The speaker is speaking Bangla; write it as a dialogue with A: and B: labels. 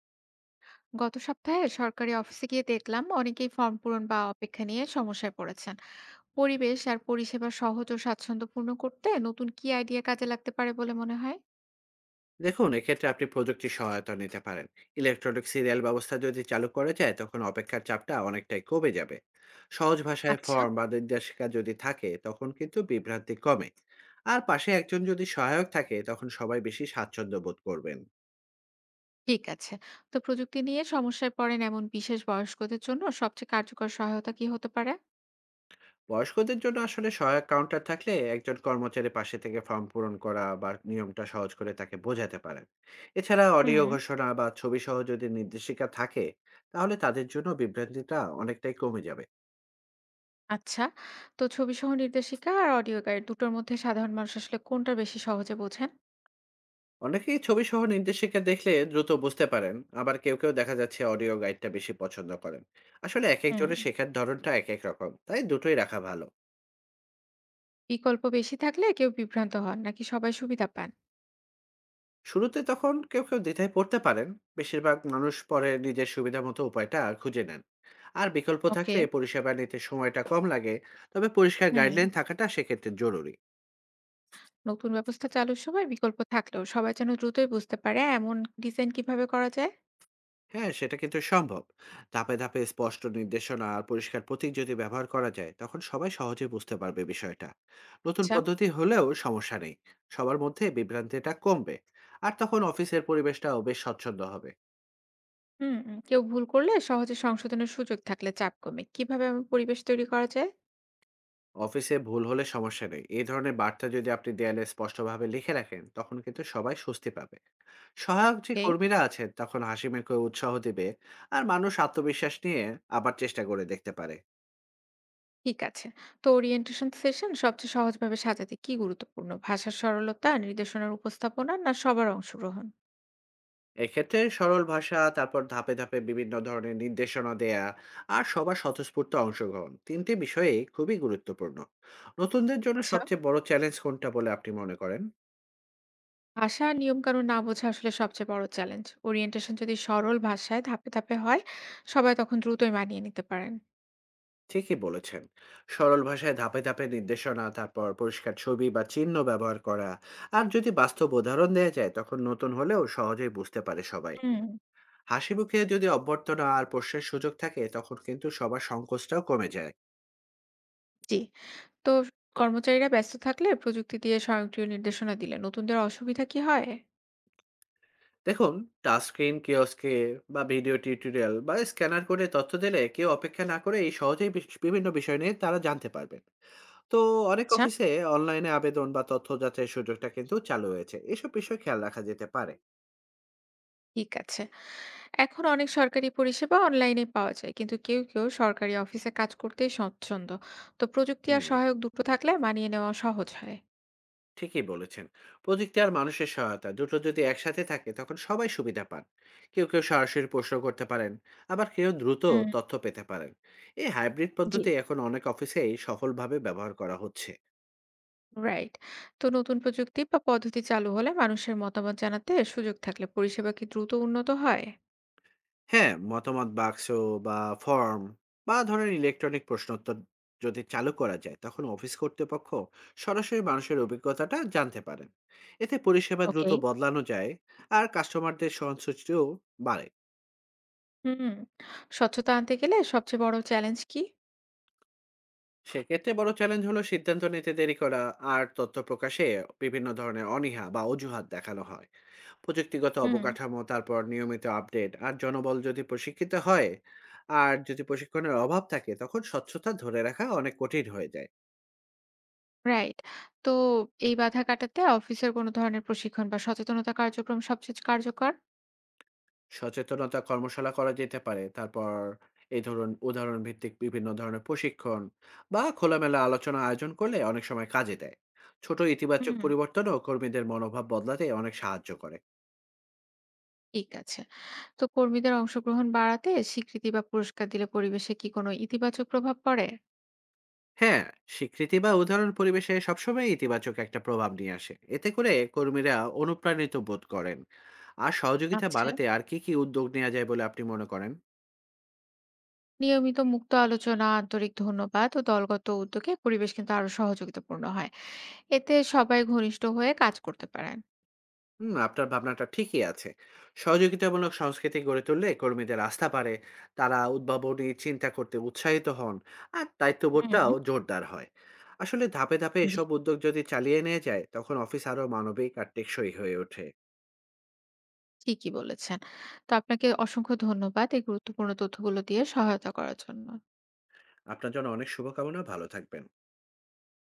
A: গত সপ্তাহে সরকারি অফিসে গিয়ে দেখলাম অনেকেই ফর্ম পূরণ বা অপেক্ষা নিয়ে সমস্যায় পড়েছেন। পরিবেশ আর পরিষেবা সহজ ও স্বাচ্ছন্দ্যপূর্ণ করতে নতুন কি আইডিয়া কাজে লাগতে পারে বলে মনে হয়?
B: দেখুন, এক্ষেত্রে আপনি প্রযুক্তির সহায়তা নিতে পারেন। ইলেকট্রনিক সিরিয়াল ব্যবস্থা যদি চালু করা যায়, তখন অপেক্ষার চাপটা অনেকটাই কমে যাবে। সহজ ভাষায়
A: আচ্ছা।
B: ফর্ম বা নির্দেশিকা যদি থাকে, তখন কিন্তু বিভ্রান্তি কমে। আর পাশে একজন যদি সহায়ক থাকে, তখন সবাই বেশি স্বাচ্ছন্দ্য বোধ করবেন।
A: ঠিক আছে। তো প্রযুক্তি নিয়ে সমস্যায় পড়েন এমন বিশেষ বয়স্কদের জন্য সবচেয়ে কার্যকর সহায়তা কি হতে পারে?
B: বয়স্কদের জন্য আসলে সহায়ক কাউন্টার থাকলে একজন কর্মচারী পাশে থেকে ফর্ম পূরণ করা বা নিয়মটা সহজ করে তাকে বোঝাতে পারেন। এছাড়া অডিও
A: হুম।
B: ঘোষণা বা ছবি সহ যদি নির্দেশিকা থাকে, তাহলে তাদের জন্য বিভ্রান্তিটা অনেকটাই কমে যাবে।
A: আচ্ছা। তো ছবি সহ নির্দেশিকা আর অডিও গাইড দুটোর মধ্যে সাধারণ মানুষ আসলে কোনটা বেশি সহজে বোঝেন?
B: অনেকেই ছবি সহ নির্দেশিকা দেখলে দ্রুত বুঝতে পারেন। আবার কেউ কেউ দেখা যাচ্ছে অডিও গাইডটা বেশি পছন্দ করেন। আসলে এক
A: হুম।
B: একজনের শেখার ধরনটা এক এক রকম, তাই দুটোই রাখা ভালো।
A: বিকল্প বেশি থাকলে কেউ বিভ্রান্ত হন নাকি সবাই সুবিধা পান?
B: শুরুতে তখন কেউ কেউ দ্বিধায় পড়তে পারেন। বেশিরভাগ মানুষ পরে নিজের সুবিধা মতো উপায়টা খুঁজে নেন। আর বিকল্প
A: ওকে।
B: থাকলে পরিষেবা নিতে সময়টা কম লাগে। তবে পরিষ্কার
A: হুম।
B: গাইডলাইন থাকাটা সেক্ষেত্রে জরুরি।
A: নতুন ব্যবস্থা চালুর সময় বিকল্প থাকলেও সবাই যেন দ্রুতই বুঝতে পারে এমন ডিজাইন কিভাবে করা যায়?
B: হ্যাঁ, সেটা কিন্তু সম্ভব। ধাপে, ধাপে স্পষ্ট নির্দেশনা আর পরিষ্কার প্রতীক যদি ব্যবহার করা যায়, তখন সবাই সহজে বুঝতে পারবে বিষয়টা। নতুন
A: আচ্ছা।
B: পদ্ধতি হলেও সমস্যা নেই। সবার মধ্যে বিভ্রান্তিটা কমবে। আর তখন অফিসের পরিবেশটাও বেশ স্বচ্ছন্দ হবে।
A: হুম হুম, কেউ ভুল করলে সহজে সংশোধনের সুযোগ থাকলে চাপ কমে কিভাবে এমন পরিবেশ তৈরি করা যায়?
B: অফিসে ভুল হলে সমস্যা নেই। এই ধরনের বার্তা যদি আপনি দেয়ালে স্পষ্টভাবে লিখে রাখেন, তখন কিন্তু সবাই স্বস্তি পাবে। সহায়ক যে
A: ওকে।
B: কর্মীরা আছেন, তখন হাসি মুখে উৎসাহ দিবে, আর মানুষ আত্মবিশ্বাস নিয়ে আবার চেষ্টা করে দেখতে পারে।
A: ঠিক আছে। তো ওরিয়েন্টেশন সেশন সবচেয়ে সহজভাবে সাজাতে কি গুরুত্বপূর্ণ ভাষার সরলতা, নির্দেশনার উপস্থাপনা না সবার অংশগ্রহণ?
B: এক্ষেত্রে সরল ভাষা, তারপর ধাপে ধাপে বিভিন্ন ধরনের নির্দেশনা দেয়া, আর সবার স্বতঃস্ফূর্ত অংশগ্রহণ তিনটি বিষয়ে খুবই গুরুত্বপূর্ণ। নতুনদের জন্য
A: আচ্ছা।
B: সবচেয়ে বড় চ্যালেঞ্জ কোনটা বলে আপনি মনে করেন?
A: ভাষা আর নিয়ম কানুন না বোঝা আসলে সবচেয়ে বড় চ্যালেঞ্জ। ওরিয়েন্টেশন যদি সরল ভাষায় ধাপে ধাপে হয়, সবাই তখন দ্রুতই মানিয়ে নিতে পারেন।
B: ঠিকই বলেছেন। সরল ভাষায় ধাপে ধাপে নির্দেশনা, তারপর পরিষ্কার ছবি বা চিহ্ন ব্যবহার করা, আর যদি বাস্তব উদাহরণ দেয়া যায়, তখন নতুন হলেও সহজেই বুঝতে পারে সবাই।
A: হুম।
B: হাসি মুখে যদি অভ্যর্থনা আর প্রশ্নের সুযোগ থাকে, তখন কিন্তু সবার সংকোচটাও কমে যায়।
A: জি। তো কর্মচারীরা ব্যস্ত থাকলে প্রযুক্তি দিয়ে স্বয়ংক্রিয় নির্দেশনা দিলে নতুনদের অসুবিধা কি হয়?
B: দেখুন, টাচস্ক্রিন কিওস্কে বা ভিডিও টিউটোরিয়াল বা স্ক্যানার করে তথ্য দিলে কেউ অপেক্ষা না করে এই সহজেই বিভিন্ন বিষয় নিয়ে তারা জানতে পারবেন। তো অনেক
A: আচ্ছা,
B: অফিসে অনলাইনে আবেদন বা তথ্য যাচাইয়ের সুযোগটা কিন্তু চালু হয়েছে, এসব বিষয় খেয়াল রাখা যেতে পারে।
A: ঠিক আছে। এখন অনেক সরকারি পরিষেবা অনলাইনে পাওয়া যায়, কিন্তু কেউ কেউ সরকারি অফিসে কাজ করতেই স্বচ্ছন্দ। তো প্রযুক্তি আর
B: হুম,
A: সহায়ক দুটো থাকলে মানিয়ে নেওয়া সহজ হয়।
B: ঠিকই বলেছেন। প্রযুক্তি আর মানুষের সহায়তা দুটো যদি একসাথে থাকে, তখন সবাই সুবিধা পান। কেউ কেউ সরাসরি প্রশ্ন করতে পারেন, আবার কেউ দ্রুত
A: হুম,
B: তথ্য পেতে পারেন। এই হাইব্রিড
A: জি।
B: পদ্ধতি এখন অনেক অফিসেই সফলভাবে ব্যবহার করা হচ্ছে।
A: রাইট। তো নতুন প্রযুক্তি বা পদ্ধতি চালু হলে মানুষের মতামত জানাতে সুযোগ থাকলে পরিষেবা কি দ্রুত উন্নত হয়?
B: হ্যাঁ, মতামত বাক্স বা ফর্ম বা ধরেন ইলেকট্রনিক প্রশ্নোত্তর যদি চালু করা যায়, তখন অফিস কর্তৃপক্ষ সরাসরি মানুষের অভিজ্ঞতাটা জানতে পারেন। এতে পরিষেবা
A: ওকে।
B: দ্রুত বদলানো যায়, আর কাস্টমারদের সহনশীলতাও বাড়ে।
A: হুম। স্বচ্ছতা আনতে গেলে সবচেয়ে বড় চ্যালেঞ্জ কি?
B: সেক্ষেত্রে বড় চ্যালেঞ্জ হলো সিদ্ধান্ত নিতে দেরি করা, আর তথ্য প্রকাশে বিভিন্ন ধরনের অনীহা বা অজুহাত দেখানো হয়। প্রযুক্তিগত
A: হুম।
B: অবকাঠামো, তারপর নিয়মিত আপডেট আর জনবল যদি প্রশিক্ষিত হয়, আর যদি প্রশিক্ষণের অভাব থাকে, তখন স্বচ্ছতা ধরে রাখা অনেক কঠিন হয়ে যায়।
A: রাইট। তো এই বাধা কাটাতে অফিসের কোনো ধরনের প্রশিক্ষণ বা সচেতনতা কার্যক্রম সবচেয়ে কার্যকর?
B: সচেতনতা কর্মশালা করা যেতে পারে। তারপর এই ধরুন উদাহরণ ভিত্তিক বিভিন্ন ধরনের প্রশিক্ষণ বা খোলামেলা আলোচনা আয়োজন করলে অনেক সময় কাজে দেয়। ছোট ইতিবাচক
A: হুম।
B: পরিবর্তনও কর্মীদের মনোভাব বদলাতে অনেক সাহায্য করে।
A: ঠিক আছে। তো কর্মীদের অংশগ্রহণ বাড়াতে স্বীকৃতি বা পুরস্কার দিলে পরিবেশে কি কোনো ইতিবাচক প্রভাব পড়ে?
B: হ্যাঁ, স্বীকৃতি বা উদাহরণ পরিবেশে সবসময় ইতিবাচক একটা প্রভাব নিয়ে আসে। এতে করে কর্মীরা অনুপ্রাণিত বোধ করেন। আর সহযোগিতা
A: আচ্ছা,
B: বাড়াতে আর কি, কি উদ্যোগ নেওয়া যায় বলে আপনি মনে করেন?
A: নিয়মিত মুক্ত আলোচনা, আন্তরিক ধন্যবাদ ও দলগত উদ্যোগে পরিবেশ কিন্তু আরো সহযোগিতাপূর্ণ হয়। এতে সবাই ঘনিষ্ঠ হয়ে কাজ করতে পারেন।
B: হুম, আপনার ভাবনাটা ঠিকই আছে। সহযোগিতামূলক সংস্কৃতি গড়ে তুললে কর্মীদের আস্থা বাড়ে, তারা উদ্ভাবনী চিন্তা করতে উৎসাহিত হন, আর দায়িত্ববোধটাও
A: হুম।
B: জোরদার হয়। আসলে ধাপে, ধাপে
A: জি,
B: এসব উদ্যোগ যদি চালিয়ে নিয়ে যায়, তখন অফিস আরও মানবিক আর টেকসই হয়ে ওঠে।
A: ঠিকই বলেছেন। তো আপনাকে অসংখ্য ধন্যবাদ এই গুরুত্বপূর্ণ তথ্যগুলো দিয়ে সহায়তা করার জন্য।
B: আপনার জন্য অনেক শুভকামনা, ভালো থাকবেন।